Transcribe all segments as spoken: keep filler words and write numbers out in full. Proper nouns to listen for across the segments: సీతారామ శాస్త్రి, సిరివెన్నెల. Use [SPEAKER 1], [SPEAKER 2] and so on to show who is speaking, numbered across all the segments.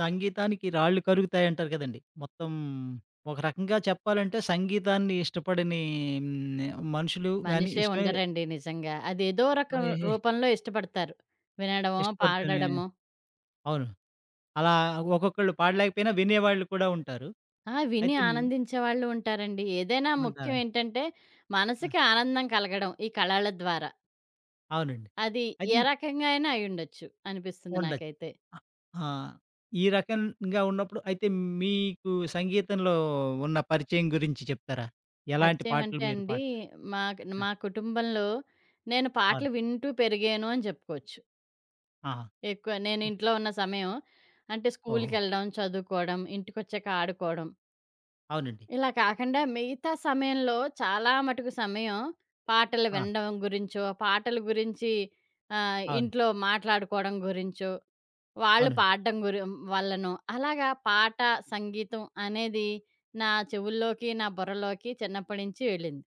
[SPEAKER 1] సంగీతానికి రాళ్ళు కరుగుతాయంటారు కదండీ! మొత్తం ఒక రకంగా చెప్పాలంటే సంగీతాన్ని ఇష్టపడని హ్మ్, మనుషులు గాని
[SPEAKER 2] మనిషే
[SPEAKER 1] ఇష్టమే
[SPEAKER 2] ఉండరండి నిజంగా. అదేదో రకం
[SPEAKER 1] ఎహె
[SPEAKER 2] రూపంలో ఇష్టపడతారు. వినడమో,
[SPEAKER 1] ఇష్టపడితేనే
[SPEAKER 2] పాడడమో
[SPEAKER 1] అవును. అలా ఒక్కొక్కళ్ళు పాడలేకపోయినా వినేవాళ్ళు కూడా ఉంటారు.
[SPEAKER 2] ఆ! విని
[SPEAKER 1] అయితే హ్మ్,
[SPEAKER 2] ఆనందించేవాళ్ళు ఉంటారండి. ఏదైనా ముఖ్యం
[SPEAKER 1] ఉంటారు.
[SPEAKER 2] ఏంటంటే,
[SPEAKER 1] ఆ!
[SPEAKER 2] మనసుకి ఆనందం కలగడం ఈ కళల ద్వారా.
[SPEAKER 1] అవునండి.
[SPEAKER 2] అది
[SPEAKER 1] అది
[SPEAKER 2] ఏ రకంగా అయినా అయ్యుండొచ్చు అనిపిస్తుంది
[SPEAKER 1] ఉండొచ్చు.
[SPEAKER 2] నాకైతే.
[SPEAKER 1] అ ఆ! ఈ రకంగా ఉన్నప్పుడు అయితే మీకు సంగీతంలో ఉన్న పరిచయం గురించి చెప్తారా? ఎలాంటి
[SPEAKER 2] పరిచయం
[SPEAKER 1] పాటలు
[SPEAKER 2] అంటే
[SPEAKER 1] మీరు
[SPEAKER 2] అండి,
[SPEAKER 1] పాడుతున్నారు?
[SPEAKER 2] మాక్ మా కుటుంబంలో నేను
[SPEAKER 1] అవును.
[SPEAKER 2] పాటలు వింటూ పెరిగాను అని చెప్పుకోవచ్చు.
[SPEAKER 1] ఆహా!
[SPEAKER 2] ఎక్కువ నేను
[SPEAKER 1] ఓహ్!
[SPEAKER 2] ఇంట్లో ఉన్న సమయం అంటే
[SPEAKER 1] ఓహో!
[SPEAKER 2] స్కూల్‌కెళ్ళడం, చదువుకోవడం, ఇంటికొచ్చాక ఆడుకోవడం
[SPEAKER 1] అవునండి.
[SPEAKER 2] ఇలా కాకుండా మిగతా సమయంలో చాలా మటుకు సమయం పాటలు
[SPEAKER 1] ఆ!
[SPEAKER 2] వినడం గురించో, పాటల గురించి ఆహ్,
[SPEAKER 1] అవును.
[SPEAKER 2] ఇంట్లో మాట్లాడుకోవడం గురించో, వాళ్ళు
[SPEAKER 1] అవునండి.
[SPEAKER 2] పాడడం గురి వల్లనో అలాగా పాట, సంగీతం అనేది నా చెవుల్లోకి, నా బుర్రలోకి చిన్నప్పటి నుంచి వెళ్ళింది.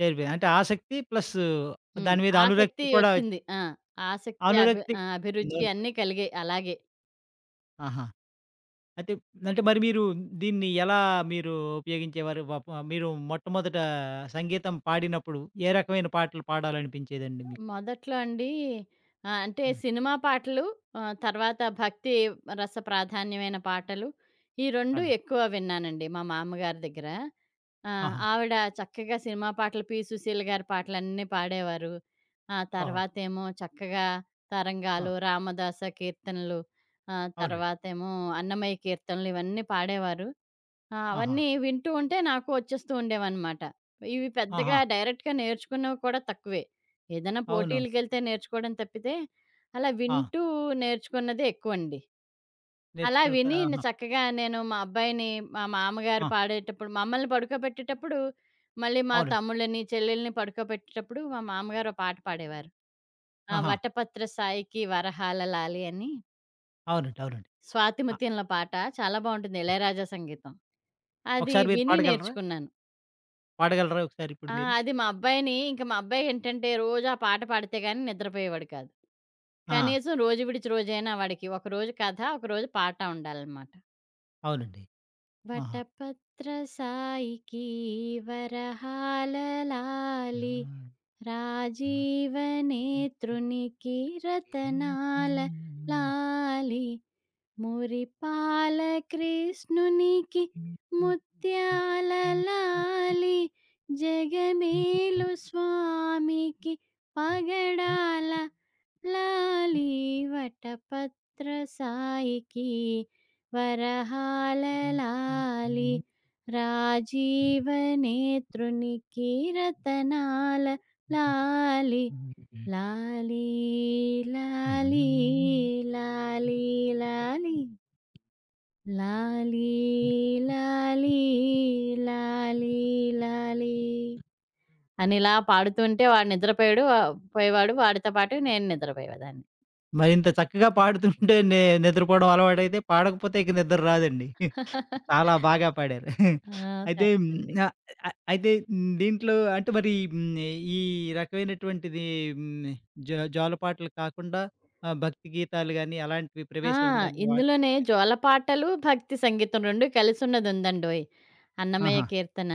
[SPEAKER 1] చేరిపోయింది. అంటే ఆసక్తి ప్లస్
[SPEAKER 2] హ్మ్.
[SPEAKER 1] దాని మీద
[SPEAKER 2] ఆసక్తి
[SPEAKER 1] అనురక్తి కూడా వచ్చి-
[SPEAKER 2] వచ్చింది. ఆ! ఆసక్తి, అభి
[SPEAKER 1] అనురక్తి
[SPEAKER 2] ఆహ్, అభిరుచి అన్నీ
[SPEAKER 1] వచ్చిందనుకోవచ్చు.
[SPEAKER 2] కలిగాయి అలాగే.
[SPEAKER 1] ఆహా! అయితే అంటే మరి మీరు దీన్ని ఎలా మీరు ఉపయోగించేవారు? పాపం మీరు మొట్టమొదట సంగీతం పాడినప్పుడు ఏ రకమైన పాటలు పాడాలనిపించేదండి మీకు?
[SPEAKER 2] మొదట్లో అండి ఆహ్, అంటే
[SPEAKER 1] హ్మ్.
[SPEAKER 2] సినిమా పాటలు, ఆహ్, తర్వాత భక్తి రస ప్రాధాన్యమైన పాటలు. ఈ రెండు
[SPEAKER 1] అవునండి.
[SPEAKER 2] ఎక్కువ విన్నానండి మా మామ్మగారి దగ్గర. ఆహ్,
[SPEAKER 1] ఆహా!
[SPEAKER 2] ఆవిడ చక్కగా సినిమా పాటలు 'పి. సుశీల' గారి పాటలన్నీ పాడేవారు. ఆ
[SPEAKER 1] ఓహో!
[SPEAKER 2] తర్వాతేమో చక్కగా
[SPEAKER 1] ఆ!
[SPEAKER 2] 'తరంగాలు', 'రామదాస కీర్తనలు', ఆహ్,
[SPEAKER 1] అవునండి.
[SPEAKER 2] తర్వాతేమో 'అన్నమయ్య కీర్తనలు' ఇవన్నీ పాడేవారు. ఆ!
[SPEAKER 1] ఆహా!
[SPEAKER 2] అవన్నీ వింటూ ఉంటే నాకు వచ్చేస్తూ ఉండేవనమాట. ఇవి పెద్దగా
[SPEAKER 1] ఆహా!
[SPEAKER 2] డైరెక్ట్‌గా నేర్చుకున్నవి కూడా తక్కువే. ఏదైనా
[SPEAKER 1] అవును.
[SPEAKER 2] పోటీలకెళ్తే నేర్చుకోవడం తప్పితే, అలా
[SPEAKER 1] ఆ!
[SPEAKER 2] వింటూ నేర్చుకున్నదే ఎక్కువండి. అలా
[SPEAKER 1] నేర్చుకున్న త
[SPEAKER 2] విని న
[SPEAKER 1] ఆహా!
[SPEAKER 2] చక్కగా నేను మా అబ్బాయిని, మా మామగారు
[SPEAKER 1] ఆ!
[SPEAKER 2] పాడేటప్పుడు మమ్మల్ని పడుకోబెట్టేటప్పుడు, మళ్ళీ మా
[SPEAKER 1] అవునండి.
[SPEAKER 2] తమ్ముళ్ళని, చెల్లెల్ని పడుకోబెట్టేటప్పుడు మా మామగారు ఓ పాట పాడేవారు. ఆ!
[SPEAKER 1] ఆహా!
[SPEAKER 2] 'వటపత్ర సాయికి వరహాల లాలి' అని
[SPEAKER 1] అవునండి. అవునండి. ఆ!
[SPEAKER 2] 'స్వాతిముత్యంలో' పాట చాలా బావుంటుంది. ఇళయరాజా సంగీతం. అది
[SPEAKER 1] ఒకసారి మీరు
[SPEAKER 2] విని
[SPEAKER 1] పాడగలరా?
[SPEAKER 2] నేర్చుకున్నాను.
[SPEAKER 1] పాడగలరా ఒకసారి ఇప్పుడు
[SPEAKER 2] ఆ!
[SPEAKER 1] మీరు?
[SPEAKER 2] అది మా అబ్బాయిని ఇంక మా అబ్బాయేంటంటే రోజు ఆ పాట పాడితే గాని నిద్రపోయేవాడు కాదు.
[SPEAKER 1] ఆ!
[SPEAKER 2] కనీసం రోజు విడిచి రోజైనా వాడికి ఒకరోజు కథ, ఒకరోజు పాట ఉండాలనమాట.
[SPEAKER 1] అవునండి. ఆహా!
[SPEAKER 2] వటపత్ర సాయికి వరహాల లాలి, రాజీవ నేత్రునికి రతనాల లాలి, మురిపాల కృష్ణునికి ముత్యాల లాలి, జగమేలు స్వామికి పగడాల లాలి, వటపత్ర సాయికి వరహాల లాలి, రాజీవ నేత్రునికి రతనాల లాలి, లాలీ లాలీ లాలీ లాలీ లాలీ లాలీ లాలీ లాలీ అని ఇలా పాడుతుంటే వాడు నిద్రపోయాడు. వ పోయేవాడు. వాడితో పాటు నేను నిద్రపోయేదాన్ని.
[SPEAKER 1] మరి ఇంత చక్కగా పాడుతుంటే నే నిద్రపోవడం అలవాటైతే, పాడకపోతే ఇక నిద్ర రాదండి. చాలా బాగా పాడారు.
[SPEAKER 2] ఆ!
[SPEAKER 1] అయితే
[SPEAKER 2] థాంక్స్
[SPEAKER 1] హ్మ్.
[SPEAKER 2] అండి.
[SPEAKER 1] ఆహ్, అ అయితే హ్మ్. దీంట్లో అంటే మరి హ్మ్. ఈ రకమైనటువంటిది హ్మ్. జ జోలపాటలు కాకుండా ఆహ్, భక్తి గీతాలు గాని అలాంటివి
[SPEAKER 2] ఆ!
[SPEAKER 1] ప్రవేశం ఉందండి? వాట్
[SPEAKER 2] ఇందులోనే జోలపాటలు, భక్తి సంగీతం రెండూ కలిసున్నదుందండోయ్! అన్నమయ్య
[SPEAKER 1] ఆహా!
[SPEAKER 2] కీర్తన.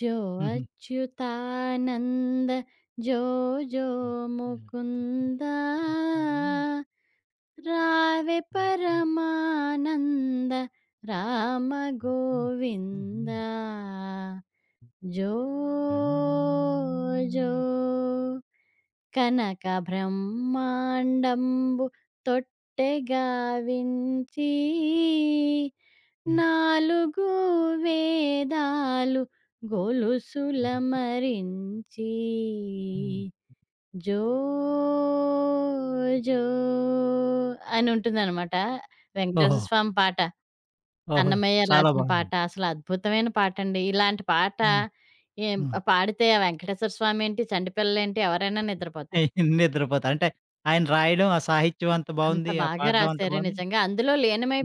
[SPEAKER 2] "జో అచ్యుతానంద జో జో
[SPEAKER 1] హుహు.
[SPEAKER 2] ముకుందా
[SPEAKER 1] อืม
[SPEAKER 2] రావే పరమానంద రామ గోవింద జో జో కనక బ్రహ్మాండంబు తొట్టెగా వించి నాలుగు వేదాలు గొలుసుల మరించి జో, జో అని ఉంటుందనమాట.
[SPEAKER 1] ఓహో!
[SPEAKER 2] వెంకటేశ్వర స్వామి పాట.
[SPEAKER 1] ఓహో!
[SPEAKER 2] అన్నమయ్య
[SPEAKER 1] చాలా
[SPEAKER 2] రాసిన
[SPEAKER 1] బాగుంది.
[SPEAKER 2] పాట. అసలు అద్భుతమైన పాటండి. ఇలాంటి పాట
[SPEAKER 1] హ్మ్.
[SPEAKER 2] ఏం
[SPEAKER 1] హ్మ్.
[SPEAKER 2] పాడితే ఆ వెంకటేశ్వర స్వామి ఏంటి, చంటిపిల్లలేంటి ఎవరైనా నిద్రపోతారు.
[SPEAKER 1] నిద్రపోతా. అంటే ఆయన రాయడం, ఆ సాహిత్యం అంత
[SPEAKER 2] అంత
[SPEAKER 1] బావుంది. ఆ
[SPEAKER 2] బాగా
[SPEAKER 1] పాడడం అంత
[SPEAKER 2] రాశారు
[SPEAKER 1] బావుంది.
[SPEAKER 2] నిజంగా. అందులో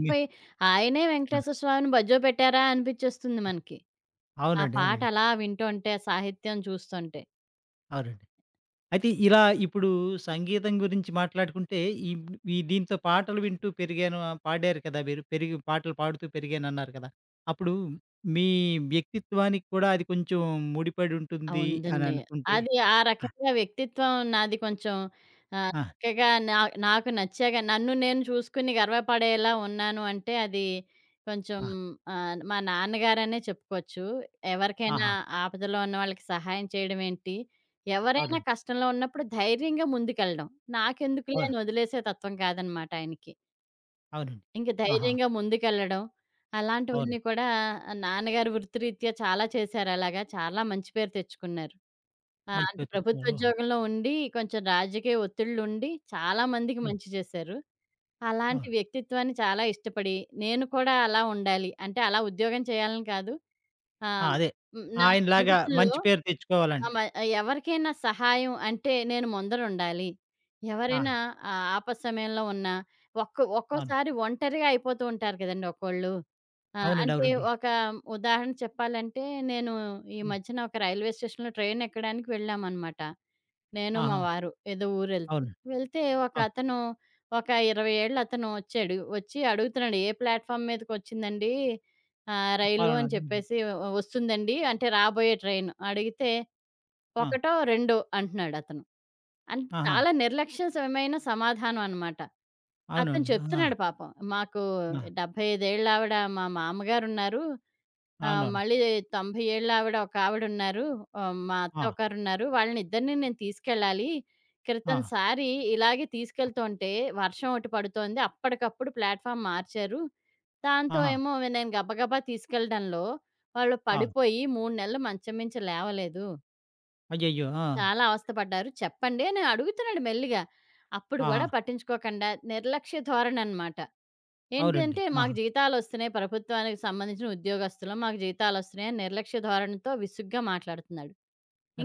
[SPEAKER 1] మీ
[SPEAKER 2] ఆయనే
[SPEAKER 1] హ్మ్.
[SPEAKER 2] వెంకటేశ్వర స్వామిని బజో పెట్టారా అనిపిచ్చేస్తుంది మనకి. ఆ
[SPEAKER 1] అవునండి.
[SPEAKER 2] పాట
[SPEAKER 1] అవునండి.
[SPEAKER 2] అలా వింటుంటే, సాహిత్యం చూస్తుంటే.
[SPEAKER 1] అవునండి. అయితే ఇలా ఇప్పుడు సంగీతం గురించి మాట్లాడుకుంటే, ఈ ఈ దీంతో పాటలు వింటూ పెరిగాను ఆ, పాడారు కదా! మీరు పెరిగి పాటలు పాడుతూ పెరిగానన్నారు కదా! అప్పుడు మీ వ్యక్తిత్వానికి కూడా అది కొంచెం ముడిపడి
[SPEAKER 2] ఆ!
[SPEAKER 1] ఉంటుంది అని
[SPEAKER 2] ఉందండి.
[SPEAKER 1] అనుకుంటే
[SPEAKER 2] అది ఆ
[SPEAKER 1] ఆ!
[SPEAKER 2] రకంగా వ్యక్తిత్వం నాది కొంచెం ఆహ్,
[SPEAKER 1] ఆ!
[SPEAKER 2] చక్కగా నా నాకు నచ్చాగా నన్ను నేను చూసుకుని గర్వపడేలా ఉన్నాను అంటే అది కొంచెం
[SPEAKER 1] ఆ!
[SPEAKER 2] ఆహ్, మా నాన్నగారనే చెప్పుకోవచ్చు. ఎవరికైనా
[SPEAKER 1] ఆహా!
[SPEAKER 2] ఆపదలో ఉన్న వాళ్ళకి సహాయం చేయడం ఏంటి, ఎవరైనా
[SPEAKER 1] అవునండి.
[SPEAKER 2] కష్టంలో ఉన్నప్పుడు ధైర్యంగా ముందుకెళ్ళడం. నాకెందుకులే
[SPEAKER 1] అవును.
[SPEAKER 2] అని వదిలేసే తత్వం కాదనమాట ఆయనకి.
[SPEAKER 1] అవునండి.
[SPEAKER 2] ఇంక
[SPEAKER 1] ఆహా!
[SPEAKER 2] ధైర్యంగా ముందుకెళ్ళడం.
[SPEAKER 1] అవును.
[SPEAKER 2] అలాంటివన్నీ కూడా నాన్నగారు వృత్తిరీత్యా చాలా చేశారలాగా. చాలా మంచి పేరు తెచ్చుకున్నారు. ఆ!
[SPEAKER 1] మంచి
[SPEAKER 2] అంటే
[SPEAKER 1] పేరు తెచ్చుకున్నారు. ఓహో!
[SPEAKER 2] ప్రభుత్వోద్యోగంలో ఉండి, కొంచెం రాజకీయ ఒత్తిళ్ళుండి, చాలా మందికి
[SPEAKER 1] హ్మ్.
[SPEAKER 2] మంచి చేశారు. అలాంటి
[SPEAKER 1] అవును.
[SPEAKER 2] వ్యక్తిత్వాన్ని చాలా ఇష్టపడి, నేను కూడా అలా ఉండాలి. అంటే అలా ఉద్యోగం చేయాలని కాదు.
[SPEAKER 1] ఆ!
[SPEAKER 2] ఆహ్,
[SPEAKER 1] అదే.
[SPEAKER 2] హ్మ్. నా
[SPEAKER 1] ఆయనలాగా
[SPEAKER 2] జీవితంలో
[SPEAKER 1] మంచి పేరు
[SPEAKER 2] ఆ!
[SPEAKER 1] తెచ్చుకోవాలని.
[SPEAKER 2] మ ఎవరికైనా సహాయం అంటే నేను ముందరుండాలి.
[SPEAKER 1] ఆ!
[SPEAKER 2] ఎవరైనా ఆహ్, ఆపద సమయంలో ఉన్నా ఒక్కో
[SPEAKER 1] అవును.
[SPEAKER 2] ఒక్కోసారి ఒంటరిగా అయిపోతూ ఉంటారు కదండీ ఒక్కోళ్ళు. ఆ!
[SPEAKER 1] అవునండి.
[SPEAKER 2] అంటే
[SPEAKER 1] అవునండి.
[SPEAKER 2] ఒక ఉదాహరణ చెప్పాలంటే నేను ఈ
[SPEAKER 1] హ్మ్.
[SPEAKER 2] మధ్యన ఒక రైల్వే స్టేషన్‌లో ట్రైన్ ఎక్కడానికి వెళ్ళామనమాట. నేను మా
[SPEAKER 1] ఆహా!
[SPEAKER 2] వారు ఏదో ఊరెళ్తూ.
[SPEAKER 1] అవును.
[SPEAKER 2] వెళ్తే
[SPEAKER 1] ఆ!
[SPEAKER 2] ఒకతను ఒక ఇరవై ఏళ్ల అతను వచ్చాడు. వచ్చి అడుగుతున్నాడు "ఏ ప్లాట్‌ఫార్మ్ మీదకొచ్చిందండి ఆహ్, రైలు"
[SPEAKER 1] పలానా
[SPEAKER 2] అని చెప్పేసి "వ- "వస్తుందండి" అంటే రాబోయే ట్రైన్ అడిగితే
[SPEAKER 1] ఆ!
[SPEAKER 2] ఒకటో, రెండో అంటున్నాడతను. అన్
[SPEAKER 1] ఆహా!
[SPEAKER 2] చాలా నిర్లక్ష్యసమైన సమాధానం అనమాట. అతను
[SPEAKER 1] అవునవును. ఆహా!
[SPEAKER 2] చెప్తున్నాడు పాపం. "మాకు
[SPEAKER 1] ఆ!
[SPEAKER 2] డెబ్బై ఐదు ఏళ్ళావిడ మా మామగారున్నారు. ఆహ్,
[SPEAKER 1] అవునవును.
[SPEAKER 2] మళ్ళీ తొంభై ఏళ్ళావిడ ఒకావిడున్నారు. ఆహ్, మా అత్త
[SPEAKER 1] ఆ!
[SPEAKER 2] ఒకరున్నారు. వాళ్ళనిద్దరిని నేను తీసుకెళ్ళాలి. క్రితం
[SPEAKER 1] ఆ!
[SPEAKER 2] సారి ఇలాగే తీసుకెళ్తుంటే వర్షం ఒకటి పడుతోంది. అప్పటికప్పుడు ప్లాట్‌ఫామ్ మార్చారు. దాంతో
[SPEAKER 1] ఆహా!
[SPEAKER 2] ఏమో నేను గబగబా తీసుకెళ్ళడంలో వాళ్ళు
[SPEAKER 1] ఆ!
[SPEAKER 2] పడిపోయి మూడు నెలలు మంచం మించి లేవలేదు."
[SPEAKER 1] అయ్యయ్యో! ఆ!
[SPEAKER 2] చాలా అవస్థపడ్డారు. చెప్పండి అని అడుగుతున్నాడు మెల్లిగా. అప్పుడు
[SPEAKER 1] ఆహా!
[SPEAKER 2] గూడా పట్టించుకోకుండా నిర్లక్ష్య ధోరణనమాట. ఏంటి
[SPEAKER 1] అవునండి.
[SPEAKER 2] అంటే మాకు
[SPEAKER 1] ఆహా!
[SPEAKER 2] జీతాలొస్తున్నాయి ప్రభుత్వానికి సంబంధించిన ఉద్యోగస్తులం. మాకు జీతాలొస్తున్నాయి అని నిర్లక్ష్య ధోరణితో విసుగ్గా మాట్లాడుతున్నాడు.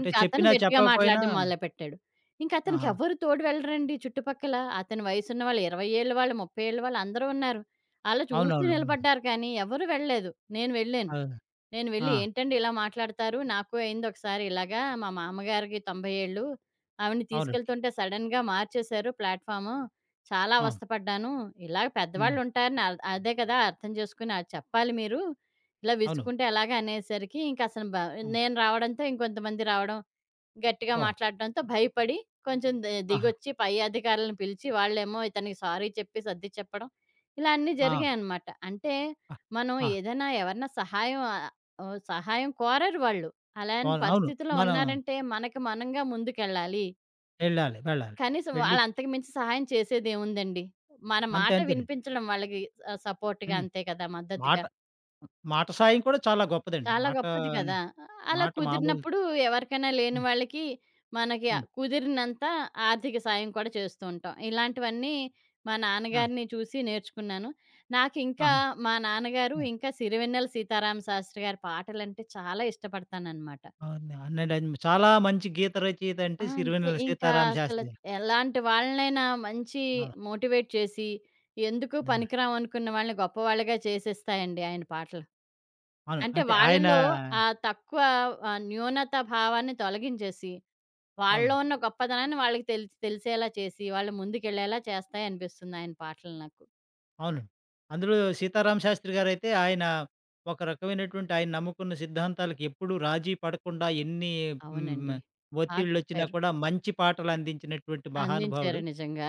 [SPEAKER 2] ఇంక అతను
[SPEAKER 1] చెప్పినా
[SPEAKER 2] గట్టిగా
[SPEAKER 1] చెప్పకపోయినా
[SPEAKER 2] మాట్లాడడం మొదలుపెట్టాడు. ఇంక అతనికి
[SPEAKER 1] ఆహా!
[SPEAKER 2] ఎవ్వరు తోడు వెళ్ళరండి చుట్టుపక్కల. అతని వయసున్న వాళ్ళు ఇరవై ఏళ్ళ వాళ్ళు, ముప్పై ఏళ్ళ వాళ్ళు అందరూ ఉన్నారు. ఆళ్ళు చూస్తూ
[SPEAKER 1] అవునవునవునవును.
[SPEAKER 2] నిలబడ్డారు కానీ ఎవరు వెళ్ళలేదు. నేను వెళ్ళాను.
[SPEAKER 1] అవును.
[SPEAKER 2] నేను వెళ్ళి
[SPEAKER 1] ఆ!
[SPEAKER 2] "ఏంటండి ఇలా మాట్లాడతారు? నాకు అయింది ఒకసారి ఇలాగా. మా మామగారికి తొంభై ఏళ్ళు. ఆవిడని
[SPEAKER 1] అవునండి.
[SPEAKER 2] తీసుకెళ్తుంటే సడెన్‌గా మార్చేశారు ప్లాట్‌ఫాము. చాలా
[SPEAKER 1] అవును.
[SPEAKER 2] అవస్థపడ్డాను. ఇలాగ
[SPEAKER 1] హ్మ్.
[SPEAKER 2] పెద్దవాళ్ళుంటారని అ అదే కదా! అర్థం చేసుకొని అది చెప్పాలి మీరు. ఇలా
[SPEAKER 1] అవును.
[SPEAKER 2] విసుక్కుంటే ఎలాగా?" అనేసరికి ఇంక అసలు బ
[SPEAKER 1] అవును.
[SPEAKER 2] నేను రావడంతో ఇంకొంతమంది రావడం గట్టిగా
[SPEAKER 1] ఓహ్!
[SPEAKER 2] మాట్లాడడంతో భయపడి కొంచెం ది
[SPEAKER 1] ఆహా!
[SPEAKER 2] దిగొచ్చి పై అధికారులను పిలిచి వాళ్ళేమో ఇతనికి సారీ చెప్పి సర్ది చెప్పడం. ఇలా అన్నీ
[SPEAKER 1] ఆ!
[SPEAKER 2] జరిగాయనమాట. అంటే
[SPEAKER 1] ఆ!
[SPEAKER 2] మనం
[SPEAKER 1] ఆ!
[SPEAKER 2] ఏదైనా ఎవరైనా సహాయం ఆహ్, ఓహ్, సహాయం కోరరు వాళ్ళు. అలాంటి
[SPEAKER 1] అవును. అవును.
[SPEAKER 2] పరిస్థితిలో
[SPEAKER 1] మనం
[SPEAKER 2] ఉన్నారంటే మనకి మనంగా ముందుకెళ్ళాలి.
[SPEAKER 1] వెళ్ళాలి. వెళ్ళాలి.
[SPEAKER 2] కనీసం
[SPEAKER 1] వెళ్ళి
[SPEAKER 2] వాళ్ళు అంతకు మించి సహాయం చేసేదేముందండి? మన
[SPEAKER 1] అంతే
[SPEAKER 2] మాట
[SPEAKER 1] అంతేనండి.
[SPEAKER 2] వినిపించడం వాళ్ళకి ఆహ్, సపోర్ట్‌గా
[SPEAKER 1] హ్మ్.
[SPEAKER 2] అంతే కదా!
[SPEAKER 1] మాట
[SPEAKER 2] మద్దతుగా.
[SPEAKER 1] మాట సాయం కూడా చాలా గొప్పదండి.
[SPEAKER 2] చాలా
[SPEAKER 1] మాట
[SPEAKER 2] గొప్పది
[SPEAKER 1] అనే
[SPEAKER 2] కదా! అలా
[SPEAKER 1] మాట మామూలుది
[SPEAKER 2] కుదిరినప్పుడు ఎవరికైనా లేని
[SPEAKER 1] హ్మ్.
[SPEAKER 2] వాళ్ళకి మనకి ఆహ్,
[SPEAKER 1] హ్మ్.
[SPEAKER 2] కుదిరినంత ఆర్థిక సాయం కూడా చేస్తూ ఉంటాం. ఇలాంటివన్నీ మా
[SPEAKER 1] ఆ!
[SPEAKER 2] నాన్నగారిని చూసి నేర్చుకున్నాను. నాకింకా
[SPEAKER 1] ఆహా!
[SPEAKER 2] మా నాన్నగారు
[SPEAKER 1] ఆ!
[SPEAKER 2] ఇంకా సిరివెన్నెల సీతారామ శాస్త్రి గారి పాటలంటే చాలా ఇష్టపడతాననమాట.
[SPEAKER 1] అవును. అవునండి. ఆయన చాలా మంచి గీత రచయిత అంటే
[SPEAKER 2] ఆ! అంతే
[SPEAKER 1] సిరివెన్నెల
[SPEAKER 2] ఇంకా
[SPEAKER 1] సీతారామ
[SPEAKER 2] అసలు
[SPEAKER 1] శాస్త్రి గారు.
[SPEAKER 2] ఎలాంటి వాళ్ళనైనా మంచి
[SPEAKER 1] అవును.
[SPEAKER 2] మోటివేట్ చేసి, ఎందుకు
[SPEAKER 1] అవును.
[SPEAKER 2] పనికిరామనుకున్న వాళ్ళని గొప్పవాళ్ళుగా చేసేస్తాయండి ఆయన పాటలు.
[SPEAKER 1] అవును.
[SPEAKER 2] అంటే
[SPEAKER 1] అంటే ఆయన
[SPEAKER 2] వాళ్ళలో ఆ తక్కువ ఆహ్, న్యూనత భావాన్ని తొలగించేసి, వాళ్ళలో
[SPEAKER 1] అవును.
[SPEAKER 2] ఉన్న గొప్పదనాన్ని వాళ్ళకి తెలిసి తెలిసేలా చేసి, వాళ్ళు ముందుకెళ్ళేలా చేస్తాయనిపిస్తుంది ఆయన పాటలు నాకు.
[SPEAKER 1] అవును. అందులో సీతారామ శాస్త్రి గారైతే ఆయన ఒక రకమైనటువంటి ఆయన నమ్ముకున్న సిద్ధాంతాలకి ఎప్పుడూ రాజీ పడకుండా ఎన్ని హ్మ్.
[SPEAKER 2] అవునండి. బా
[SPEAKER 1] ఒత్తిళ్ళొచ్చినా
[SPEAKER 2] చెప్పారు.
[SPEAKER 1] కూడా మంచి పాటలు అందించినటువంటి మహానుభావుడు.
[SPEAKER 2] అందించారు నిజంగా.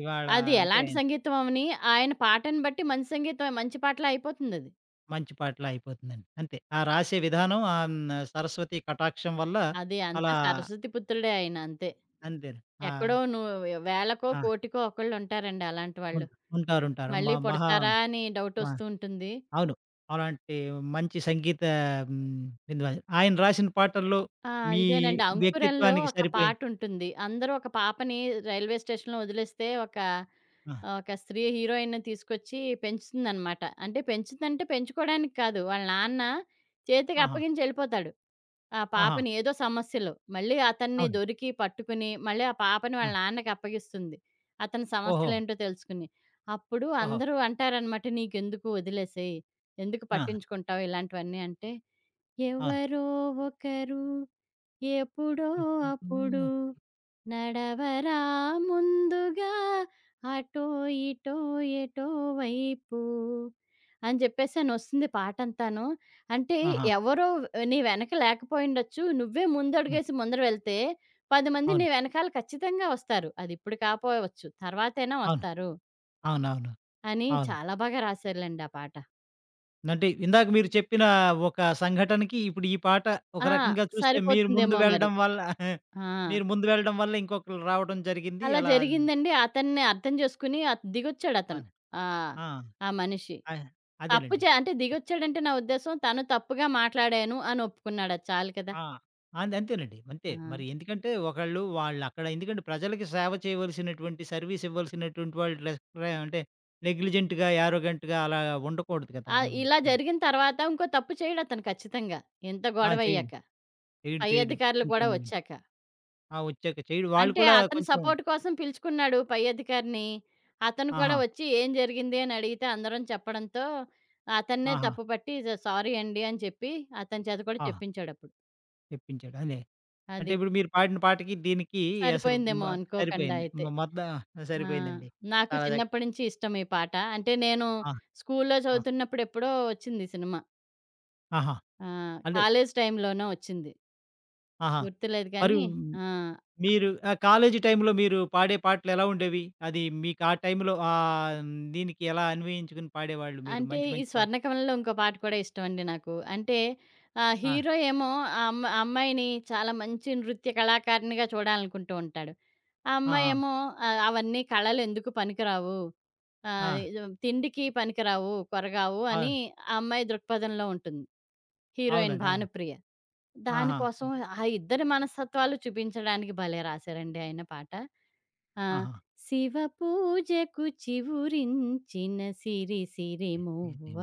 [SPEAKER 1] ఇవాళ
[SPEAKER 2] అది
[SPEAKER 1] అంటే
[SPEAKER 2] ఎలాంటి సంగీతం అవని, ఆయన పాటను బట్టి మంచి సంగీతం మంచి పాటలా అయిపోతుందది.
[SPEAKER 1] మంచి పాటలే అయిపోతుందండి. అంతే. ఆ రాసే విధానం ఆ హ్మ్. సరస్వతి కటాక్షం వల్ల
[SPEAKER 2] అది అది అంతే
[SPEAKER 1] అలా
[SPEAKER 2] సరస్వతి పుత్రుడే ఆయన అంతే.
[SPEAKER 1] అంతేను. ఆ!
[SPEAKER 2] ఎక్కడో నువ్వు వేలకో,
[SPEAKER 1] ఆ!
[SPEAKER 2] కోటికో ఒకళ్ళుంటారండి అలాంటి వాళ్ళు.
[SPEAKER 1] ఉంటా ఉంటారు. ఉంటారు. మ
[SPEAKER 2] మళ్ళీ
[SPEAKER 1] మహా
[SPEAKER 2] పుడతారా అని
[SPEAKER 1] మా
[SPEAKER 2] డౌటొస్తూ ఉంటుంది.
[SPEAKER 1] అవును. అలాంటి మంచి సంగీత హ్మ్. విద్వాన్. ఆయన రాసిన పాటల్లో
[SPEAKER 2] ఆ!
[SPEAKER 1] మీ
[SPEAKER 2] ఇదేనండి. 'అంకురంలో'
[SPEAKER 1] వ్యక్తిత్వానికి
[SPEAKER 2] ఒక
[SPEAKER 1] సరిపోయింది.
[SPEAKER 2] పాటుంటుంది. అందరూ ఒక పాపని రైల్వే స్టేషన్‌లో వదిలేస్తే ఒక
[SPEAKER 1] ఆ!
[SPEAKER 2] ఒక స్త్రీ హీరోయిన్‌ని తీసుకొచ్చి పెంచుతుందనమాట. అంటే పెంచుతుందంటే పెంచుకోవడానికి కాదు. వాళ్ళ నాన్న చేతికి
[SPEAKER 1] ఆహా!
[SPEAKER 2] అప్పగించి ఎళ్ళిపోతాడు. ఆ
[SPEAKER 1] ఆహా!
[SPEAKER 2] పాపని ఏదో సమస్యలో. మళ్ళీ అతన్ని
[SPEAKER 1] అవును.
[SPEAKER 2] దొరికి పట్టుకుని మళ్ళీ ఆ పాపని
[SPEAKER 1] ఆ!
[SPEAKER 2] వాళ్ళ నాన్నకి అప్పగిస్తుంది. అతని
[SPEAKER 1] ఓహో!
[SPEAKER 2] సమస్యలేంటో తెలుసుకుని. అప్పుడు
[SPEAKER 1] ఓహో!
[SPEAKER 2] అందరూ అంటారనమాట "నీకెందుకు వదిలేసేయి. ఎందుకు
[SPEAKER 1] ఆ!
[SPEAKER 2] పట్టించుకుంటావు ఇలాంటివన్నీ" అంటే
[SPEAKER 1] అవును.
[SPEAKER 2] "ఎవరో ఒకరు, ఎప్పుడో అప్పుడు
[SPEAKER 1] ఇప్పుడు
[SPEAKER 2] నడవరా ముందుగా అటో ఇటో ఎటో వైపు" అని చెప్పేసని వస్తుంది పాటంతాను. అంటే
[SPEAKER 1] ఆహా!
[SPEAKER 2] ఎవరో నీ వెనక లేకపోయుండొచ్చు. నువ్వే
[SPEAKER 1] హ్మ్.
[SPEAKER 2] ముందడుగేసి ముందర వెళ్తే పది మంది నీ
[SPEAKER 1] అవును.
[SPEAKER 2] వెనకాల ఖచ్చితంగా వస్తారు. అది ఇప్పుడు కాపోవచ్చు. తర్వాతైనా
[SPEAKER 1] అవును.
[SPEAKER 2] వస్తారు
[SPEAKER 1] అవునవును. అవును.
[SPEAKER 2] అని
[SPEAKER 1] అవును
[SPEAKER 2] చాలా బాగా రాశారులెండి ఆ పాట.
[SPEAKER 1] అంటే ఇందాక మీరు చెప్పిన ఒక సంఘటనకి ఇప్పుడు ఈ పాట ఒక
[SPEAKER 2] ఆ!
[SPEAKER 1] రకంగా చూస్తే మీరు
[SPEAKER 2] సరిపోతుందేమో
[SPEAKER 1] ముందు
[SPEAKER 2] మరి.
[SPEAKER 1] వెళ్ళడం వల్ల
[SPEAKER 2] ఆ!
[SPEAKER 1] మీరు ముందు వెళ్ళడం వల్ల ఇంకొకళ్ళు రావడం జరిగింది.
[SPEAKER 2] అలా
[SPEAKER 1] అలా
[SPEAKER 2] జరిగిందండి. అతన్ని అర్థం చేసుకొని అత్ దిగొచ్చాడతను.
[SPEAKER 1] అవును.
[SPEAKER 2] ఆహ్,
[SPEAKER 1] ఆ!
[SPEAKER 2] ఆ ఆ మనిషి.
[SPEAKER 1] అ
[SPEAKER 2] తప్పు
[SPEAKER 1] అదేలెండి.
[SPEAKER 2] చే అంటే దిగొచ్చాడంటే నా ఉద్దేశ్యం తను తప్పుగా మాట్లాడాను అని ఒప్పుకున్నాడు. అది చాలు కదా!
[SPEAKER 1] ఆ! అంతే అంతేనండి. అంతే.
[SPEAKER 2] ఆ!
[SPEAKER 1] మరి ఎందుకంటే ఒకళ్ళు వాళ్ళక్కడ ఎందుకంటే ప్రజలకి సేవ చేయవలసినటువంటి, సర్విస్ ఇవ్వాల్సినటువంటి వాళ్ళు లెస్ రే అంటే నెగ్లిజెంట్‌గా, యారోగెంట్‌గా అలా ఉండకూడదు కదా!
[SPEAKER 2] ఆహ్,
[SPEAKER 1] హ్మ్.
[SPEAKER 2] ఇలా
[SPEAKER 1] హ్మ్.
[SPEAKER 2] జరిగిన తర్వాత ఇంకో తప్పు చేయడతను ఖచ్చితంగా. ఇంత
[SPEAKER 1] ఆ! చేయడు.
[SPEAKER 2] గొడవయ్యాక.
[SPEAKER 1] చేయడు.
[SPEAKER 2] పై
[SPEAKER 1] చేయడు.
[SPEAKER 2] అధికారులు
[SPEAKER 1] కొంచెం
[SPEAKER 2] కూడా వచ్చాక.
[SPEAKER 1] ఆ! వచ్చాక చేయడు. వాళ్ళు
[SPEAKER 2] అంటే
[SPEAKER 1] కూడా
[SPEAKER 2] అతని
[SPEAKER 1] కొంచెం
[SPEAKER 2] సపోర్ట్ కోసం పిలుచుకున్నాడు పై అధికారిని. అతను కూడా
[SPEAKER 1] ఆహా!
[SPEAKER 2] వచ్చి ఏం జరిగింది అని అడిగితే అందరం చెప్పడంతో అతన్నే
[SPEAKER 1] ఆహా!
[SPEAKER 2] తప్పుపట్టి "సారీ అండి" అని చెప్పి అతని చేత కూడా
[SPEAKER 1] ఆ!
[SPEAKER 2] చెప్పించాడప్పుడు.
[SPEAKER 1] తెప్పించాడు. అదే. అంటే
[SPEAKER 2] అది.
[SPEAKER 1] ఇప్పుడు మీరు పాడిన పాటకి, దీనికి అసలు మ
[SPEAKER 2] సరిపోయిందేమో అనుకోకుండా
[SPEAKER 1] సరిపోయింది. మ
[SPEAKER 2] అయితే.
[SPEAKER 1] మొత్తం
[SPEAKER 2] ఆ!
[SPEAKER 1] సరిపోయిందండి.
[SPEAKER 2] నాకు
[SPEAKER 1] చాలా చక్
[SPEAKER 2] చిన్నప్పటి నుంచి ఇష్టం ఈ పాట. అంటే నేను
[SPEAKER 1] ఆ!
[SPEAKER 2] స్కూల్‌లో
[SPEAKER 1] ఆ!
[SPEAKER 2] చదువుతున్నప్పుడు ఎప్పుడో వచ్చింది ఈ సినిమా.
[SPEAKER 1] ఆహా!
[SPEAKER 2] ఆహ్,
[SPEAKER 1] అంటే
[SPEAKER 2] కాలేజ్ టైంలోనో వచ్చింది.
[SPEAKER 1] ఆహా!
[SPEAKER 2] గుర్తులేదు
[SPEAKER 1] మరియు
[SPEAKER 2] కానీ ఆ!
[SPEAKER 1] మీరు ఆ కాలేజీ టైంలో మీరు పాడే పాటలు ఎలా ఉండేవి? అది మీకు ఆ టైంలో ఆహ్, దీనికి ఎలా అన్వయించుకుని పాడేవాళ్ళు మీరు
[SPEAKER 2] అంటే
[SPEAKER 1] మంచి
[SPEAKER 2] ఈ
[SPEAKER 1] మంచి పాట?
[SPEAKER 2] 'స్వర్ణకమలంలో' ఇంకో పాట కూడా ఇష్టమండి నాకు. అంటే ఆహ్,
[SPEAKER 1] ఆ!
[SPEAKER 2] హీరో ఏమో ఆ అమ్మ ఆ అమ్మాయిని చాలా మంచి నృత్య కళాకారిణిగా చూడాలనుకుంటూ ఉంటాడు. ఆ
[SPEAKER 1] ఆ! ఆ!
[SPEAKER 2] అమ్మాయేమో ఆహ్, అవన్నీ కళలు ఎందుకు పనికిరావు.
[SPEAKER 1] ఆ!
[SPEAKER 2] ఆహ్, తిండికి పనికిరావు, కొరగావు అని
[SPEAKER 1] అవును.
[SPEAKER 2] ఆ అమ్మాయి దృక్పథంలో ఉంటుంది. హీరోయిన్
[SPEAKER 1] అవునండి. అవును.
[SPEAKER 2] 'భానుప్రియ.'
[SPEAKER 1] ఆహా!
[SPEAKER 2] దానికోసం ఆ ఇద్దరి మనస్తత్వాలు చూపించడానికి భలే రాశారండి ఆయన పాట. ఆ!
[SPEAKER 1] ఆహా!
[SPEAKER 2] శివ పూజకు చివురించిన సిరి సిరి మువ్వ,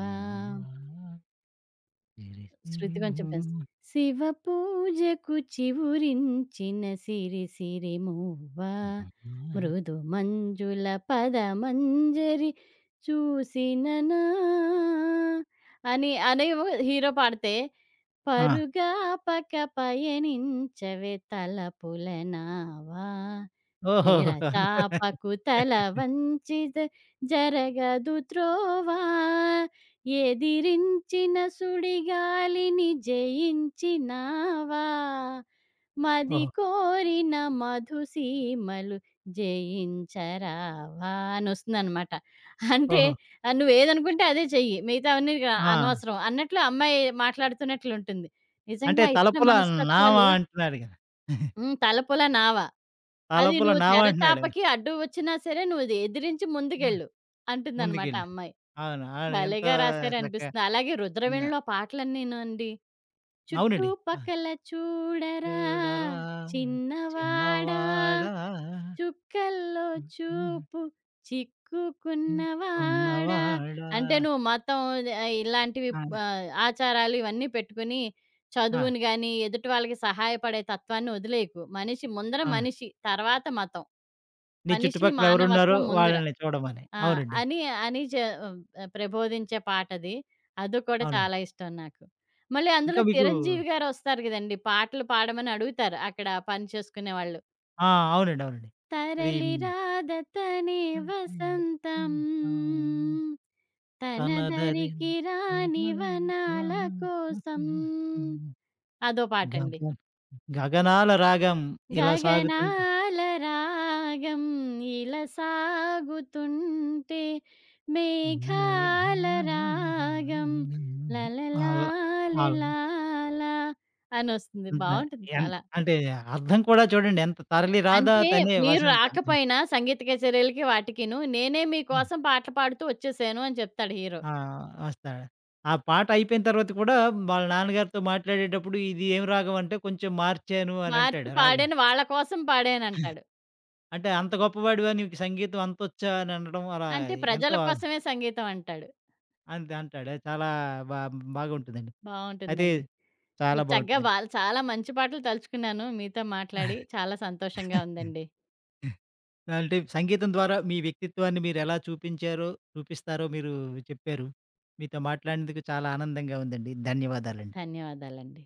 [SPEAKER 2] శృతి కొంచెం పెంచ్, శివ పూజకు చివురించిన సిరి సిరి మువ్వ, మృదు మంజుల పదమంజరి చూసిననా అని, అని హీరో పాడితే
[SPEAKER 1] ఆ!
[SPEAKER 2] పరుగాపక పయనించవే తలపుల నావా,
[SPEAKER 1] ఓహో!
[SPEAKER 2] చెరచాపకు తల వంచి జ- జరగదు త్రోవా, ఎదిరించిన సుడిగాలిని జయించినావా, మది
[SPEAKER 1] ఓహో!
[SPEAKER 2] కోరిన మధుసీమలు జయించరావా అని వస్తుందనమాట. అంటే
[SPEAKER 1] ఓహో!
[SPEAKER 2] ఆహ్, నువ్వేదనుకుంటే అదే చెయ్యి. మిగతావన్నీ ఇక
[SPEAKER 1] ఆ!
[SPEAKER 2] అనవసరం అన్నట్లు అమ్మాయి మాట్లాడుతున్నట్లుంటుంది.
[SPEAKER 1] అంటే
[SPEAKER 2] నిజంగా ఇద్దరి
[SPEAKER 1] తలపుల నావ
[SPEAKER 2] మనస్తత్వాలు
[SPEAKER 1] అంటున్నాడు కదా!
[SPEAKER 2] హ్మ్. తలపుల నావ. అది
[SPEAKER 1] తలపుల
[SPEAKER 2] నువ్వు
[SPEAKER 1] నావ అంటున్నాడు.
[SPEAKER 2] తెరచాపకి అడ్డు వచ్చినా సరే నువ్వు ఇది ఎదిరించి ముందుకెళ్ళు అంటుందనమాట
[SPEAKER 1] ముందుకెళ్ళి.
[SPEAKER 2] అమ్మాయి.
[SPEAKER 1] అవును. అవును. ఎంతో
[SPEAKER 2] భలేగా
[SPEAKER 1] చక్కగా
[SPEAKER 2] రాశారనిపిస్తుంది. అలాగే
[SPEAKER 1] హ్మ్.
[SPEAKER 2] 'రుద్రవీణలో' పాటలన్నీనండి
[SPEAKER 1] అవునండి. ఆ!
[SPEAKER 2] చుట్టుపక్కల చూడరా
[SPEAKER 1] చూడరా
[SPEAKER 2] చిన్నవాడా,
[SPEAKER 1] చిన్నవాడా
[SPEAKER 2] చుక్కల్లో చూపు చిక్కుకున్నవాడా,
[SPEAKER 1] ఉన్నవాడా
[SPEAKER 2] అంటే నువ్వు మతం ఆ, ఇలాంటివి
[SPEAKER 1] ఆ!
[SPEAKER 2] ఆ, ఆచారాలు ఇవన్నీ పెట్టుకుని
[SPEAKER 1] ఆ!
[SPEAKER 2] చదువుని గాని ఎదుటి వాళ్ళకి సహాయపడే తత్వాన్ని వదిలేయకు మనిషి ముందర
[SPEAKER 1] ఆ!
[SPEAKER 2] మనిషి తర్వాత మతం,
[SPEAKER 1] నీ
[SPEAKER 2] మనిషి
[SPEAKER 1] చుట్టుపక్కల ఎవరున్నారో
[SPEAKER 2] మానవత్వం ముందర
[SPEAKER 1] వాళ్ళని చూడమని.
[SPEAKER 2] ఆ!
[SPEAKER 1] అవునండి.
[SPEAKER 2] అని, అని జ ఆ, ప్రబోధించే పాటది. అది అది కూడా
[SPEAKER 1] అవునండి.
[SPEAKER 2] చాలా ఇష్టం నాకు. మళ్ళీ అందులో
[SPEAKER 1] ఇంకా మీకు
[SPEAKER 2] చిరంజీవి గారొస్తారు గదండీ! పాటలు పాడమని అడుగుతారు అక్కడ పని చేసుకునేవాళ్ళు.
[SPEAKER 1] ఆ! అవునండి. అవునండి. అది
[SPEAKER 2] తరలి
[SPEAKER 1] మ్,
[SPEAKER 2] రాదతనే వసంతం,
[SPEAKER 1] తనదరి
[SPEAKER 2] తనదరికి రాని వనాల కోసం, అదో
[SPEAKER 1] గగ
[SPEAKER 2] పాటండి.
[SPEAKER 1] గగనాల రాగం ఇలా సాగుతుం
[SPEAKER 2] గగనాల రాగం ఇలా సాగుతుంటే మేఘాల రాగం
[SPEAKER 1] అలా అలా
[SPEAKER 2] లలలాలిలాలా అని వస్తుంది.
[SPEAKER 1] అంతే.
[SPEAKER 2] బావుంటుంది
[SPEAKER 1] ఎన్
[SPEAKER 2] చాలా.
[SPEAKER 1] అంటే అర్థం కూడా చూడండి ఎంత 'తరలి రాధా
[SPEAKER 2] అంటే
[SPEAKER 1] తనే
[SPEAKER 2] మీరు
[SPEAKER 1] వసంత.'
[SPEAKER 2] రాకపోయినా సంగీత కచేరీలకి వాటికిను, నేనే మీకోసం పాటలు పాడుతూ వచ్చేసాను అని చెప్తాడు హీరో.
[SPEAKER 1] ఆ! వస్తాడు. ఆ పాట అయిపోయిన తర్వాత కూడా వాళ్ళ నాన్నగారితో మాట్లాడేటప్పుడు ఇది ఏం రాగం అంటే కొంచెం మార్చాను అని
[SPEAKER 2] మార్చి
[SPEAKER 1] అంటాడు రాగం.
[SPEAKER 2] పాడాను వాళ్ళ కోసం పాడానంటాడు.
[SPEAKER 1] అంటే అంత గొప్పవాడివా నీకు సంగీతం అంతొచ్చా అని అనడం అలా
[SPEAKER 2] అంటే ప్రజల
[SPEAKER 1] ఎంతో
[SPEAKER 2] కోసమే సంగీతం అంటాడు.
[SPEAKER 1] అంతే అంటాడు. చాలా బా బాగుంటుందండి. అయితే
[SPEAKER 2] బావుంటుందండి.
[SPEAKER 1] చాలా
[SPEAKER 2] చక్కగా
[SPEAKER 1] బాగుంటుందండి.
[SPEAKER 2] బాల్ చాలా మంచి పాటలు తలుచుకున్నాను మీతో మాట్లాడి. చాలా సంతోషంగా ఉందండి.
[SPEAKER 1] అంటే సంగీతం ద్వారా మీ వ్యక్తిత్వాన్ని మీరెలా చూపించారో చూపిస్తారో మీరు చెప్పారు. మీతో మాట్లాడినందుకు చాలా ఆనందంగా ఉందండి. ధన్యవాదాలండి.
[SPEAKER 2] ధన్యవాదాలండి.